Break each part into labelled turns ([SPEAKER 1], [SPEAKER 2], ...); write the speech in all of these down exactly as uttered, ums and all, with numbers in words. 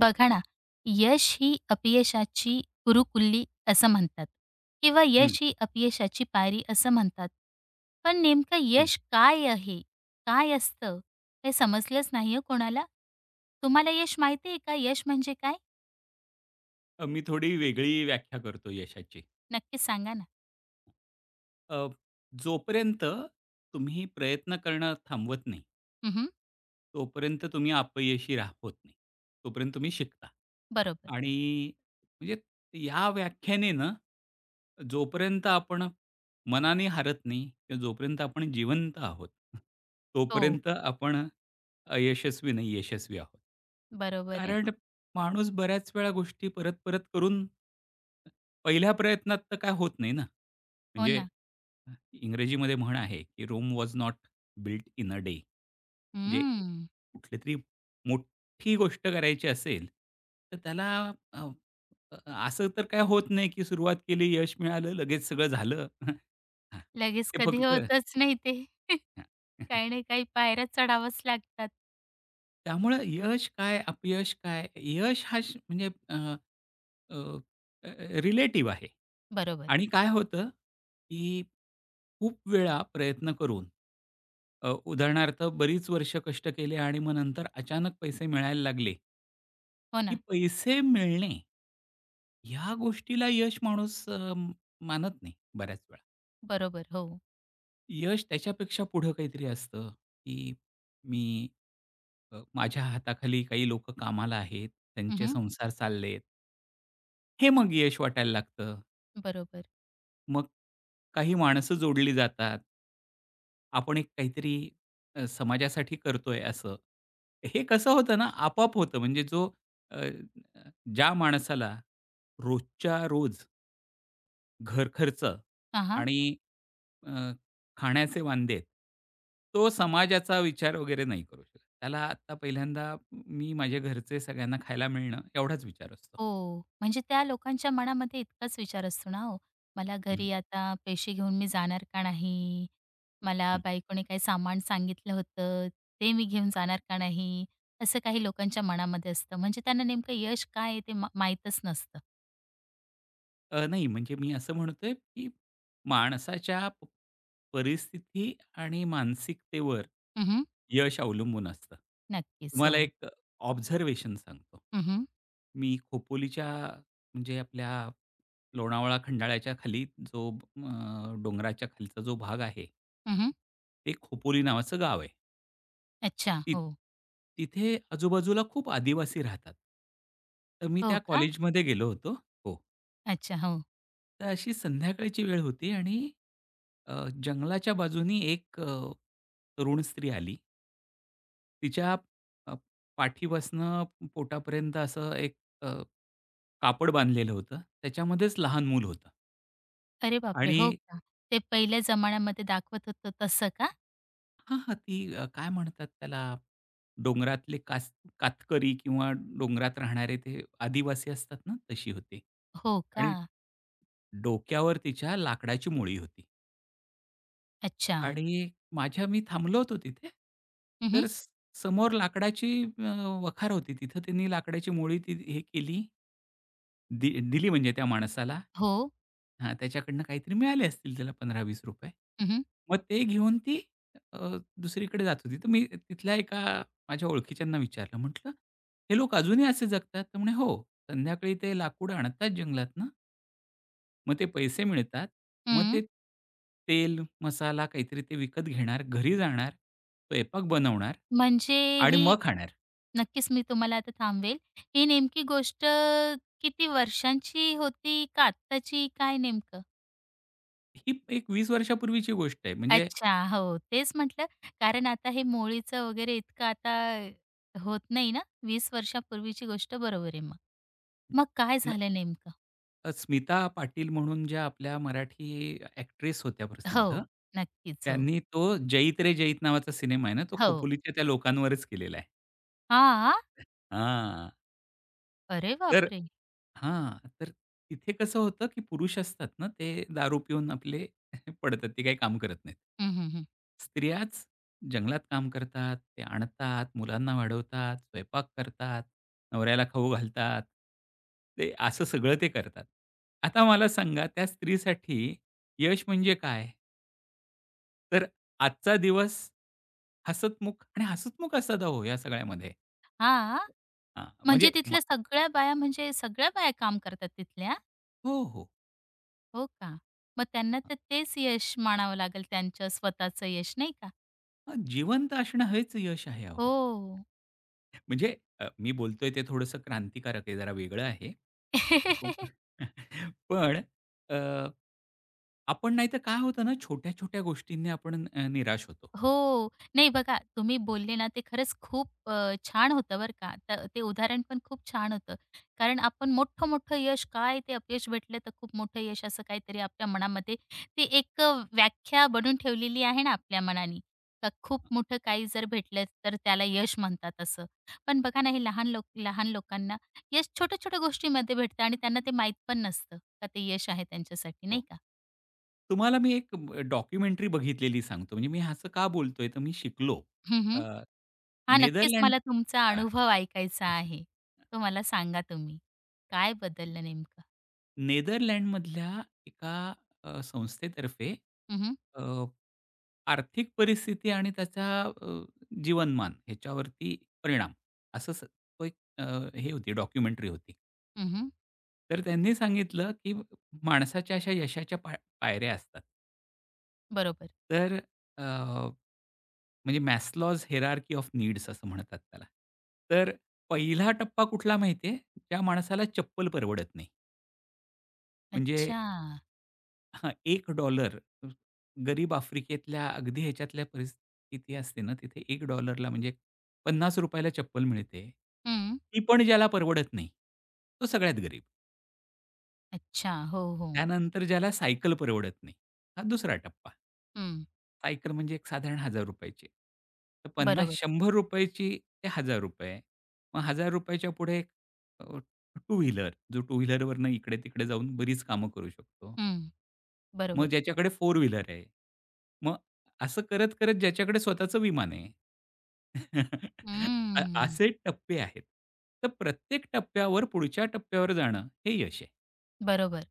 [SPEAKER 1] बघा ना, यश ही अपयशाची गुरुकुल्ली असं म्हणतात किंवा
[SPEAKER 2] हं,
[SPEAKER 1] यश ही अपयशाची पायरी असं म्हणतात. पण नेमकं
[SPEAKER 2] हं.
[SPEAKER 1] यश काय आहे? काय असतं? हे समजलंच नाही हो कोणाला. तुम्हाला यश माहिती आहे का? यश म्हणजे काय?
[SPEAKER 2] अ, मी थोडी वेगळी व्याख्या करतो यशाची.
[SPEAKER 1] नक्की सांगा ना.
[SPEAKER 2] अ, जोपर्यंत तुम्ही प्रयत्न करणं थांबवत नाही.
[SPEAKER 1] हं,
[SPEAKER 2] तोपर्यंत तुम्ही अपयशी रा होत नाही. तोपर्यंत तुम्ही शिकता.
[SPEAKER 1] बरोबर.
[SPEAKER 2] आणि म्हणजे या व्याख्येने ना, जोपर्यंत आपण मनाने हारत नाही किंवा जोपर्यंत आपण जिवंत आहोत,
[SPEAKER 1] हो,
[SPEAKER 2] तोपर्यंत आपण अयशस्वी नाही, यशस्वी आहोत.
[SPEAKER 1] बरोबर आहे.
[SPEAKER 2] कारण माणूस बऱ्याच वेळा गोष्टी परत-परत करून पहिल्या प्रयत्नात तर काय होत नाही ना.
[SPEAKER 1] हो
[SPEAKER 2] म्हणजे
[SPEAKER 1] ना.
[SPEAKER 2] इंग्रजीमध्ये म्हण आहे, की "Rome was not built in a day." म्हणजे
[SPEAKER 1] हं.
[SPEAKER 2] कुठली तरी मोठी गोष्ट करायची असेल, तर त्याला अ, अ, असं तर काही होत नाही, की सुरुवात केली, यश मिळालं, लगेच सगळं झालं. हां,
[SPEAKER 1] लगेच
[SPEAKER 2] ते
[SPEAKER 1] कधी
[SPEAKER 2] फक्त हां.
[SPEAKER 1] होतच नाही ते. काही ना काही पायऱ्या चढाव्याच लागतात.
[SPEAKER 2] त्यामुळं यश काय, अपयश काय? यश हा श म्हणजे रिलेटिव्ह आहे.
[SPEAKER 1] बरोबर.
[SPEAKER 2] आणि काय होतं, की खूप वेळा प्रयत्न करून अ, उदाहरणार्थ बरीच वर्ष कष्ट केले आणि मग नंतर अचानक पैसे मिळायला लागले,
[SPEAKER 1] हो
[SPEAKER 2] की
[SPEAKER 1] ना.
[SPEAKER 2] पैसे मिळणे ह्या गोष्टीला यश माणूस अ, मानत नाही बऱ्याच वेळा.
[SPEAKER 1] बरोबर. हो.
[SPEAKER 2] यश त्याच्यापेक्षा पुढं काहीतरी असतं, की मी अ, माझ्या हाताखाली काही लोक कामाला आहेत, त्यांचे
[SPEAKER 1] हं,
[SPEAKER 2] संसार चाललेत. हे मग यश वाटायला लागतं.
[SPEAKER 1] बरोबर.
[SPEAKER 2] मग काही माणसं जोडली जातात. आपण एक काहीतरी अ, समाजासाठी करतोय असं. हे कसं होतं ना आपोआप होतं म्हणजे जो अ, ज्या माणसाला रोजच्या रोज घरखर्च
[SPEAKER 1] हां,
[SPEAKER 2] आणि अ, खाण्याचे वांदे आहेत. तो समाजाचा विचार वगैरे नाही करू शकत. त्याला आत्ता पहिल्यांदा मी माझ्या घरचे सगळ्यांना खायला मिळणं एवढाच विचार असतो.
[SPEAKER 1] हो, म्हणजे त्या लोकांच्या मनामध्ये इतकाच विचार असतो ना हो, मला
[SPEAKER 2] हं,
[SPEAKER 1] घरी आता पैसे घेऊन मी जाणार का नाही? मला
[SPEAKER 2] हं.
[SPEAKER 1] बायकोने काही सामान सांगितलं होतं, ते मी घेऊन जाणार का नाही? असं काही लोकांच्या मनामध्ये असतं. म्हणजे त्यांना नेमकं यश काय आहे ते मा माहीतच नसतं.
[SPEAKER 2] अ, नाही म्हणजे मी असं म्हणतोय, की माणसाच्या प परिस्थिती आणि मानसिकतेवर
[SPEAKER 1] हं,
[SPEAKER 2] यश अवलंबून असतं.
[SPEAKER 1] नक्कीच.
[SPEAKER 2] तुम्हाला
[SPEAKER 1] हो.
[SPEAKER 2] एक ऑब्झर्वेशन सांगतो.
[SPEAKER 1] हं, हं.
[SPEAKER 2] मी खोपोलीच्या म्हणजे आपल्या लोणावळा खंडाळ्याच्या खाली जो अ, डोंगराच्या खालचा जो भाग आहे, ते खोपोली नावाचं गाव आहे.
[SPEAKER 1] अच्छा.
[SPEAKER 2] ति
[SPEAKER 1] हो.
[SPEAKER 2] तिथे आजूबाजूला खूप आदिवासी राहतात. तर मी
[SPEAKER 1] हो
[SPEAKER 2] त्या
[SPEAKER 1] का?
[SPEAKER 2] कॉलेजमध्ये गेलो होतो. हो.
[SPEAKER 1] अच्छा. हो.
[SPEAKER 2] तर अशी संध्याकाळची वेळ होती आणि अ, जंगलाच्या बाजूनी एक अ, तरुण स्त्री आली. तिच्या अ, पाठीपासनं पोटापर्यंत असं एक अ, कापड बांधलेलं होतं. त्याच्यामध्येच लहान मूल होतं
[SPEAKER 1] अरे बापरे!
[SPEAKER 2] आणि
[SPEAKER 1] हो का? ते पहिल्या जमान्यामध्ये दाखवत होतं तसं का?
[SPEAKER 2] हां, हां. ती अ, काय म्हणतात त्याला? डोंगरातले कास कातकरी किंवा डोंगरात राहणारे ते आदिवासी असतात ना, तशी होती.
[SPEAKER 1] हो का?
[SPEAKER 2] आणि डोक्यावर तिच्या लाकडाची मोळी होती
[SPEAKER 1] अच्छा.
[SPEAKER 2] आणि माझ्या मी थांबलो होतो तिथे.
[SPEAKER 1] हं,
[SPEAKER 2] तर स समोर लाकडाची अ, वखार होती. तिथं त्यांनी लाकडाची मोळी ती हे केली दि दिली म्हणजे त्या माणसाला
[SPEAKER 1] हो.
[SPEAKER 2] हां, त्याच्याकडनं काहीतरी मिळाले असतील त्याला ₹पंधरा ते वीस.
[SPEAKER 1] हं,
[SPEAKER 2] मग ते घेऊन ती अ, दुसरीकडे जात होती. तर मी तिथल्या एका माझ्या ओळखीच्यांना विचारलं. म्हटलं, "हे लोक अजूनही असे जगतात?" तर म्हणे, "हो, संध्याकाळी ते लाकूड आणतात जंगलातनं, मग ते पैसे मिळतात. मग ते
[SPEAKER 1] हं.
[SPEAKER 2] तेल, मसाला काहीतरी ते विकत घेणार, घरी जाणार, स्वयंपाक बनवणार
[SPEAKER 1] म्हणजे
[SPEAKER 2] आणि
[SPEAKER 1] ही
[SPEAKER 2] मग खाणार."
[SPEAKER 1] नक्कीच मी तुम्हाला आता थांबवेल. ही नेमकी गोष्ट किती वर्षांची होती का आत्ताची, काय नेमकं?
[SPEAKER 2] ही एक वीस वर्षापूर्वीची गोष्ट आहे. म्हणजे
[SPEAKER 1] अच्छा. हो, तेच म्हटलं कारण आता हे मोळीचं वगैरे इतकं आता होत नाही ना. वीस वर्षापूर्वीची गोष्ट बरोबर आहे मग. मग काय झालं नेमकं?
[SPEAKER 2] अ, स्मिता पाटील म्हणून ज्या आपल्या मराठी ॲक्ट्रेस होत्या प्रसिद्ध.
[SPEAKER 1] हो, नक्कीच. हो.
[SPEAKER 2] त्यांनी तो जईत रे जईत नावाचा सिनेमा आहे ना, तो
[SPEAKER 1] हो.
[SPEAKER 2] खोपोलीच्या त्या लोकांवरच केलेला आहे.
[SPEAKER 1] हां.
[SPEAKER 2] हां.
[SPEAKER 1] अरे
[SPEAKER 2] तर
[SPEAKER 1] बापरे!
[SPEAKER 2] हां, तर तिथे कसं होतं, की पुरुष असतात ना, ते दारू पिऊन आपले पडतात. ते काही काम करत नाहीत.
[SPEAKER 1] हं, हं, हं.
[SPEAKER 2] स्त्रियाच जंगलात काम करतात, ते आणतात, मुलांना वाढवतात, स्वयंपाक करतात, नवऱ्याला खाऊ घालतात. ते असं सगळं ते करतात. आता मला सांगा त्या स्त्रीसाठी यश म्हणजे काय? तर आजचा दिवस हसतमुख आणि हसतमुख असायला हवं या सगळ्यामध्ये.
[SPEAKER 1] हां.
[SPEAKER 2] हां, म्हणजे
[SPEAKER 1] म्हणजे
[SPEAKER 2] मा
[SPEAKER 1] तिथल्या सगळ्या बाया म्हणजे सगळ्या बाया काम करतात तिथल्या?
[SPEAKER 2] हो, हो.
[SPEAKER 1] हो का? मग त्यांना तर तेच यश मानावं लागेल त्यांचं स्वतःचं यश, नाही का?
[SPEAKER 2] हां, जिवंत असणं हेच यश आहे अहो.
[SPEAKER 1] हो.
[SPEAKER 2] म्हणजे अ, मी बोलतोय ते थोडंसं क्रांतिकारक आहे, जरा वेगळं आहे. खूप पण अ, आपण नाहीतर काय होतं ना, छोट्या-छोट्या गोष्टींनी आपण अ, निराश होतो.
[SPEAKER 1] हो. नाही बघा, तुम्ही बोलले ना ते खरंच खूप अ, छान होतं बरं का. तर ते उदाहरण पण खूप छान होतं. कारण आपण मोठं-मोठं यश काय ते अपयश भेटलं तर खूप मोठं यश असं काहीतरी आपल्या मनामध्ये ती एक अ, व्याख्या बनून ठेवलेली आहे ना आपल्या मनाने. का खूप मोठं काही जर भेटलं तर त्याला यश म्हणतात असं. पण बघा ना हे लहान लोक लहान लोकांना यश छोट्या-छोट्या गोष्टींमध्ये भेटतं आणि त्यांना ते माहीत पण नसतं का ते यश आहे त्यांच्यासाठी, नाही
[SPEAKER 2] हो.
[SPEAKER 1] का?
[SPEAKER 2] तुम्हाला मी एक अ, डॉक्युमेंटरी बघितलेली सांगतो. म्हणजे मी असं का बोलतोय, तर मी शिकलो. अ,
[SPEAKER 1] हां, नक्कीच
[SPEAKER 2] नेदरलँड
[SPEAKER 1] मला तुमचा
[SPEAKER 2] हां.
[SPEAKER 1] अनुभव ऐकायचा आहे. तो मला सांगा तुम्ही. काय बदललं नेमकं?
[SPEAKER 2] नेदरलँडमधल्या एका अ, संस्थेतर्फे
[SPEAKER 1] हं, हं.
[SPEAKER 2] अ, आर्थिक परिस्थिती आणि त्याचा अ, जीवनमान ह्याच्यावरती परिणाम असं स तो एक अ, हे होती डॉक्युमेंटरी होती. तर त्यांनी सांगितलं, की माणसाच्या अशा यशाच्या पा पायऱ्या असतात.
[SPEAKER 1] बरोबर.
[SPEAKER 2] तर अ, म्हणजे मॅस्लॉज हायरार्की ऑफ नीड्स असं म्हणतात त्याला. तर पहिला टप्पा कुठला माहिती आहे? ज्या माणसाला चप्पल परवडत नाही. म्हणजे
[SPEAKER 1] अच्छा.
[SPEAKER 2] हा, एक डॉलर गरीब आफ्रिकेतल्या अगदी ह्याच्यातल्या परिस्थिती असते ना, तिथे एक डॉलर म्हणजे ₹पन्नास ला चप्पल मिळते.
[SPEAKER 1] हं.
[SPEAKER 2] ती पण ज्याला परवडत नाही, तो सगळ्यात गरीब.
[SPEAKER 1] अच्छा. हो, हो.
[SPEAKER 2] त्यानंतर ज्याला सायकल परवडत नाही, हा दुसरा टप्पा.
[SPEAKER 1] हं.
[SPEAKER 2] सायकल म्हणजे एक साधारण ₹हजार ची. तर पन्नास
[SPEAKER 1] बरोबर.
[SPEAKER 2] ₹शंभर ची ते ₹हजार. मग ₹हजार च्या पुढे एक टू व्हीलर, जो टू व्हीलरवरनं इकडे-तिकडे जाऊन बरीच कामं करू शकतो.
[SPEAKER 1] हं.
[SPEAKER 2] मग
[SPEAKER 1] बरोबर.
[SPEAKER 2] ज्याच्याकडे फोर व्हीलर आहे. मग असं करत-करत ज्याच्याकडे स्वतःचं विमान आहे. अ,
[SPEAKER 1] हं.
[SPEAKER 2] असे टप्पे आहेत. तर प्रत्येक टप्प्यावर पुढच्या टप्प्यावर जाणं हे यश आहे.
[SPEAKER 1] बरोबर.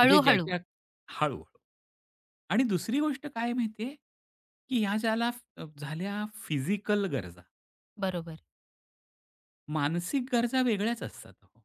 [SPEAKER 2] म्हणजे ज्याच्या हळू-हळू. आणि दुसरी गोष्ट काय आहे माहिती आहे, की ह्या ज्याला अ, झाल्या फिजिकल गरजा,
[SPEAKER 1] बरोबर.
[SPEAKER 2] मानसिक गरजा वेगळ्याच असतात अहो.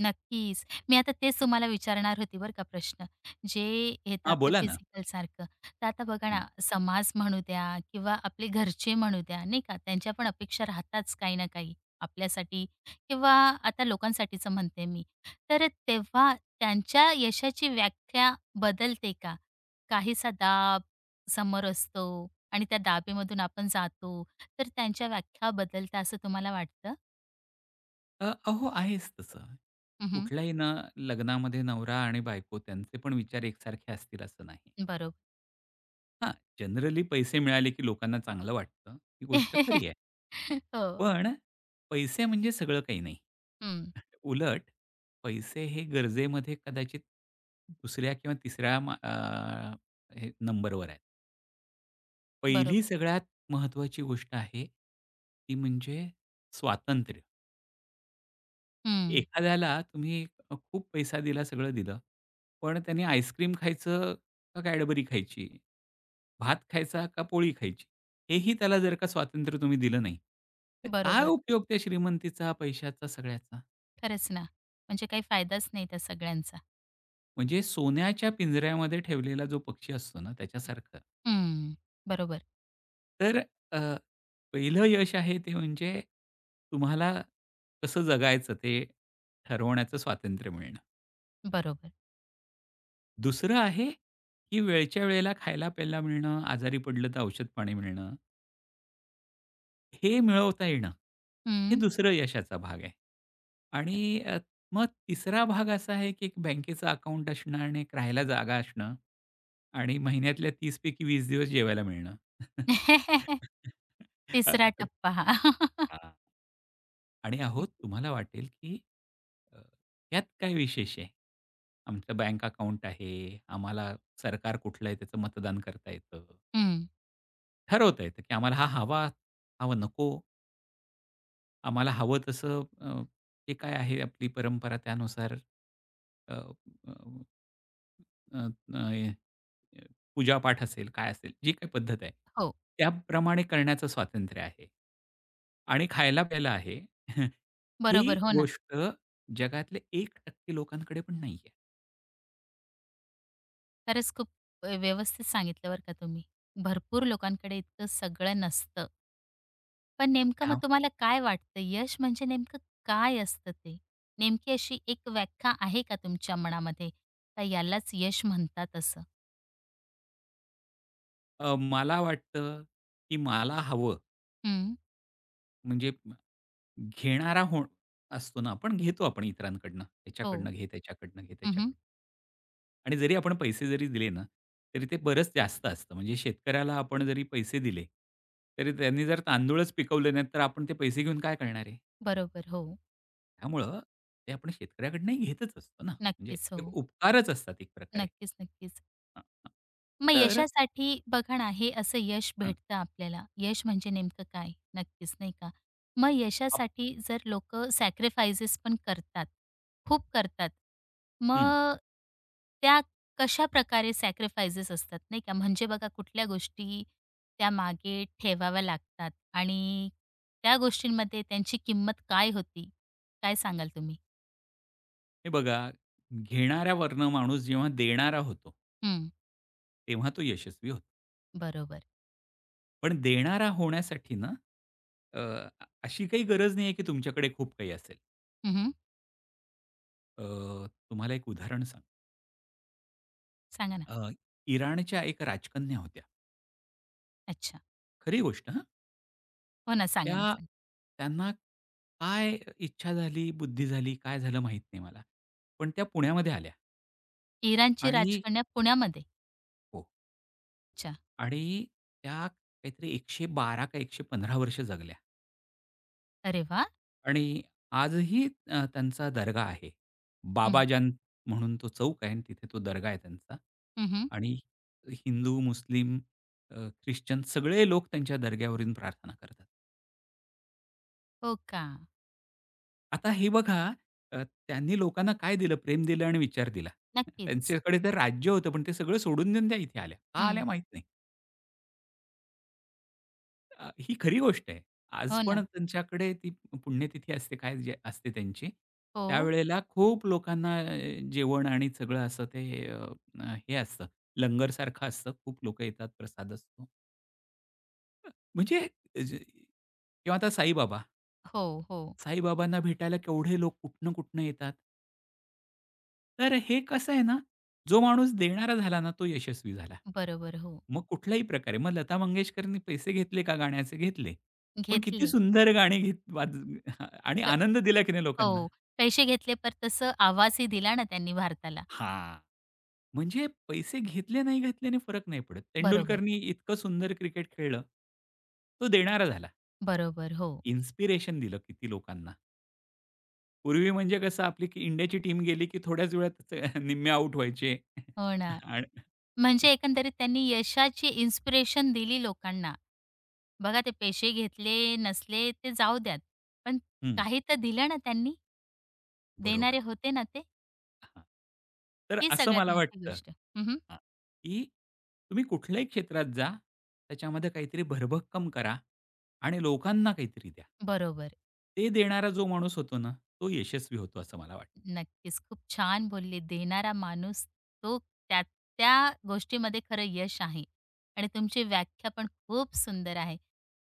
[SPEAKER 1] नक्कीच. मी आता तेच तुम्हाला विचारणार होती बरं का प्रश्न. जे येतं
[SPEAKER 2] हां,
[SPEAKER 1] आपलं
[SPEAKER 2] बोला ना.
[SPEAKER 1] फिजिकलसारखं. तर आता बघा ना,
[SPEAKER 2] हं.
[SPEAKER 1] समाज म्हणू द्या किंवा आपले घरचे म्हणू द्या, नाही का, त्यांच्या पण अपेक्षा राहताच काही ना काही आपल्यासाठी किंवा आता लोकांसाठीचं म्हणते मी. तर तेव्हा त्यांच्या यशाची व्याख्या बदलते का? काहीसा दाब समोर असतो आणि त्या दाबेमधून आपण जातो, तर त्यांच्या व्याख्या बदलतात असं तुम्हाला वाटतं?
[SPEAKER 2] अ, अहो आहेच तसं.
[SPEAKER 1] हं,
[SPEAKER 2] कुठल्याही ना लग्नामध्ये नवरा आणि बायको त्यांचे पण विचार एकसारखे असतील असं नाही.
[SPEAKER 1] बरोबर.
[SPEAKER 2] हां, जनरली पैसे मिळाले की लोकांना चांगलं वाटतं, ही गोष्ट खरी आहे.
[SPEAKER 1] हो.
[SPEAKER 2] पण पैसे म्हणजे सगळं काही नाही.
[SPEAKER 1] हं,
[SPEAKER 2] उलट पैसे हे गरजेमध्ये कदाचित दुसऱ्या किंवा तिसऱ्या मा अ, हे नंबरवर आहेत. पहिली
[SPEAKER 1] बरोबर.
[SPEAKER 2] सगळ्यात महत्त्वाची गोष्ट आहे, ती म्हणजे स्वातंत्र्य.
[SPEAKER 1] हं,
[SPEAKER 2] एखाद्याला तुम्ही अ, खूप पैसा दिला, सगळं दिलं, पण त्याने आईस्क्रीम खायचं का कॅडबरी खायची? भात खायचा का पोळी खायची? हेही त्याला जर का स्वातंत्र्य तुम्ही दिलं नाही, तर काय
[SPEAKER 1] बरोबर.
[SPEAKER 2] उपयोग त्या श्रीमंतीचा, पैशाचा, सगळ्याचा?
[SPEAKER 1] खरंच ना. म्हणजे काही फायदाच नाही त्या सगळ्यांचा.
[SPEAKER 2] म्हणजे सोन्याच्या पिंजऱ्यामध्ये ठेवलेला जो पक्षी असतो ना, त्याच्यासारखं.
[SPEAKER 1] हं, बरोबर,
[SPEAKER 2] तर अ, पहिलं यश आहे ते म्हणजे तुम्हाला कसं जगायचं ते ठरवण्याचं स्वातंत्र्य मिळणं.
[SPEAKER 1] बरोबर.
[SPEAKER 2] दुसरं आहे, की वेळच्या वेळेला खायला-प्यायला मिळणं, आजारी पडलं तर औषध-पाणी मिळणं, हे मिळवता येणं, हे
[SPEAKER 1] हं.
[SPEAKER 2] दुसरं यशाचा भाग आहे. आणि अ, मग तिसरा भाग असा आहे, की एक बँकेचं अकाउंट असणं आणि एक राहायला जागा असणं आणि महिन्यातल्या तीस पैकी वीस दिवस जेवायला मिळणं. अ,
[SPEAKER 1] तिसरा टप्पा हा.
[SPEAKER 2] आणि अहो,
[SPEAKER 1] नक्कीच.
[SPEAKER 2] तुम्हाला वाटेल की अ, यात काय विशेष आहे? आमचं बँक अकाउंट आहे. आम्हाला सरकार कुठलं आहे त्याचं मतदान करता येतं.
[SPEAKER 1] हं.
[SPEAKER 2] ठरवता येतं की आम्हाला हा हवा, हा नको. आम्हाला हवं तसं अ, ते काय आहे आपली परंपरा त्यानुसार अ, अ, अ, अ, पूजापाठ असेल, काय असेल, जी काही पद्धत आहे,
[SPEAKER 1] हो,
[SPEAKER 2] त्याप्रमाणे करण्याचं स्वातंत्र्य आहे. आणि खायला-प्यायला आहे. ही
[SPEAKER 1] बरोबर. हो ना.
[SPEAKER 2] गोष्ट जगातले एक 1% लोकांकडे पण नाहीये.
[SPEAKER 1] खरंच खूप अ, व्यवस्थित सांगितलं बरं का तुम्ही. भरपूर लोकांकडे इतकं सगळं नसतं. पण नेमकं
[SPEAKER 2] त्या
[SPEAKER 1] मग तुम्हाला काय वाटतं, यश म्हणजे नेमकं काय असतं ते? नेमकी अशी एक व्याख्या आहे का तुमच्या मनामध्ये? का यालाच यश म्हणतात असं?
[SPEAKER 2] अ, मला वाटतं, की मला हवं
[SPEAKER 1] हं,
[SPEAKER 2] म्हणजे घेणारा होण असतो ना आपण, घेतो आपण इतरांकडनं.
[SPEAKER 1] हो.
[SPEAKER 2] त्याच्याकडनं घे, त्याच्याकडनं घे, त्याच्याकडनं. आणि जरी आपण पैसे जरी दिले ना, तरी ते बरंच जास्त असतं. म्हणजे शेतकऱ्याला आपण जरी पैसे दिले, तरी त्यांनी जर तांदूळच पिकवले नाहीत, तर आपण ते पैसे घेऊन काय करणार आहे?
[SPEAKER 1] बरोबर. हो.
[SPEAKER 2] त्यामुळं ते आपण शेतकऱ्याकडनंही घेतच असतो ना. म्हणजे
[SPEAKER 1] नक्कीच.
[SPEAKER 2] एक
[SPEAKER 1] हो.
[SPEAKER 2] उपकारच असतात एक प्रकारे.
[SPEAKER 1] नक्कीच, नक्कीच.
[SPEAKER 2] हां, हां.
[SPEAKER 1] मग
[SPEAKER 2] तर
[SPEAKER 1] यशासाठी बघा ना, हे असं यश
[SPEAKER 2] हां,
[SPEAKER 1] भेटतं आपल्याला. यश म्हणजे नेमकं काय? नक्कीच, नाही का? मग
[SPEAKER 2] आप
[SPEAKER 1] यशासाठी जर लोक सॅक्रिफाइसेस पण करतात, खूप करतात.
[SPEAKER 2] हं.
[SPEAKER 1] मग त्या कशाप्रकारे सॅक्रिफाइसेस असतात, नाही का? म्हणजे बघा, कुठल्या गोष्टी त्या मागे ठेवाव्या लागतात आणि त्या गोष्टींमध्ये त्यांची किंमत काय होती? काय सांगाल तुम्ही?
[SPEAKER 2] हे बघा, घेणाऱ्यावरनं माणूस जेव्हा देणारा होतो,
[SPEAKER 1] हं.
[SPEAKER 2] तेव्हा तो यशस्वी होतो.
[SPEAKER 1] बरोबर.
[SPEAKER 2] पण देणारा होण्यासाठी ना, अ, अ, अशी काही गरज नाहीये की तुमच्याकडे खूप काही असेल.
[SPEAKER 1] हं.
[SPEAKER 2] अ, तुम्हाला एक उदाहरण सांगतो.
[SPEAKER 1] सांगा ना.
[SPEAKER 2] अ, इराणच्या एक राजकन्या होत्या.
[SPEAKER 1] अच्छा.
[SPEAKER 2] खरी गोष्ट हां.
[SPEAKER 1] हो ना, सांगा ना,
[SPEAKER 2] त्या
[SPEAKER 1] सांगा.
[SPEAKER 2] त्यांना काय इच्छा झाली, बुद्धी झाली, काय झालं माहीत नाही मला. पण त्या पुण्यामध्ये आल्या
[SPEAKER 1] इराणची
[SPEAKER 2] आणि
[SPEAKER 1] राजकन्या पुण्यामध्ये?
[SPEAKER 2] हो.
[SPEAKER 1] अच्छा.
[SPEAKER 2] आणि त्या काहीतरी एकशे बारा का एकशे पंधरा वर्ष जगल्या.
[SPEAKER 1] अरे वाह!
[SPEAKER 2] आणि आजही अ, त्यांचा दर्गा आहे.
[SPEAKER 1] हं,
[SPEAKER 2] बाबाजान म्हणून तो चौक आहे आणि तिथे तो दर्गा आहे त्यांचा.
[SPEAKER 1] हं,
[SPEAKER 2] आणि हिंदू, मुस्लिम, अ, ख्रिश्चन सगळे लोक त्यांच्या दर्ग्यावर येऊन प्रार्थना करतात.
[SPEAKER 1] हो का?
[SPEAKER 2] आता हे बघा अ, त्यांनी लोकांना काय दिलं? प्रेम दिलं आणि विचार दिला.
[SPEAKER 1] नक्कीच.
[SPEAKER 2] त्यांच्याकडे तर राज्य होतं, पण ते सगळं सोडून देऊन त्या इथे आल्या. का
[SPEAKER 1] हं.
[SPEAKER 2] आल्या माहीत नाही. अ, ही खरी गोष्ट आहे. आज
[SPEAKER 1] हो
[SPEAKER 2] पण
[SPEAKER 1] ना.
[SPEAKER 2] त्यांच्याकडे ती पुण्यतिथी असते, काय जे असते त्यांची.
[SPEAKER 1] हो,
[SPEAKER 2] त्यावेळेला खूप लोकांना अ, जेवण आणि सगळं असं ते अ, अ, हे असतं, लंगरसारखं असतं. खूप लोकं येतात, प्रसाद असतो. म्हणजे ज- किंवा आता साईबाबा.
[SPEAKER 1] हो, हो.
[SPEAKER 2] साईबाबांना भेटायला केवढे लोक कुठनं-कुठनं येतात. तर हे कसं आहे ना, जो माणूस देणारा झाला ना, तो यशस्वी झाला.
[SPEAKER 1] बरोबर, हो.
[SPEAKER 2] मग कुठल्याही प्रकारे मग लता मंगेशकरनी पैसे घेतले का गाण्याचे? घेतले. पण किती
[SPEAKER 1] घेतले.
[SPEAKER 2] सुंदर गाणी घेत वाज आणि
[SPEAKER 1] ग
[SPEAKER 2] आनंद दिला की नाही लोकांना?
[SPEAKER 1] हो. पैसे घेतले पर तसं आवाजही दिला ना त्यांनी भारताला.
[SPEAKER 2] हां. म्हणजे पैसे घेतले नाही घेतल्याने फरक नाही पडत.
[SPEAKER 1] बरोबर,
[SPEAKER 2] तेंडुलकरनी इतकं सुंदर क्रिकेट खेळलं. तो देणारा झाला.
[SPEAKER 1] बरोबर. हो.
[SPEAKER 2] इन्स्पिरेशन दिलं किती लोकांना. पूर्वी म्हणजे कसं आपली की इंडियाची टीम गेली की थोड्याच वेळात निम्मे आउट व्हायचे.
[SPEAKER 1] हो ना.
[SPEAKER 2] आणि
[SPEAKER 1] म्हणजे एकंदरीत त्यांनी यशाची इन्स्पिरेशन दिली लोकांना. बघा ते पैसे घेतले, नसले ते जाऊ द्यात. पण
[SPEAKER 2] हं,
[SPEAKER 1] काही तर दिलं ना त्यांनी?
[SPEAKER 2] बरोबर.
[SPEAKER 1] देणारे होते ना ते?
[SPEAKER 2] हां. तर
[SPEAKER 1] ही
[SPEAKER 2] असं
[SPEAKER 1] सगळ्यात
[SPEAKER 2] मला
[SPEAKER 1] मोठी
[SPEAKER 2] वाटतं
[SPEAKER 1] गोष्ट. हं, हं.
[SPEAKER 2] हां, की तुम्ही कुठल्याही क्षेत्रात जा, त्याच्यामध्ये काहीतरी भरभक्कम करा आणि लोकांना काहीतरी द्या.
[SPEAKER 1] बरोबर.
[SPEAKER 2] ते देणारा जो माणूस होतो ना, तो यशस्वी होतो असं मला वाटतं.
[SPEAKER 1] नक्कीच. खूप छान बोलले. देणारा माणूस तो त्या त्या गोष्टीमध्ये खरं यश आहे आणि तुमची व्याख्या पण खूप सुंदर आहे.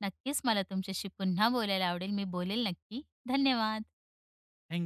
[SPEAKER 1] नक्कीच मला तुमच्याशी पुन्हा बोलायला आवडेल. मी बोलेल नक्की. धन्यवाद.
[SPEAKER 2] थँक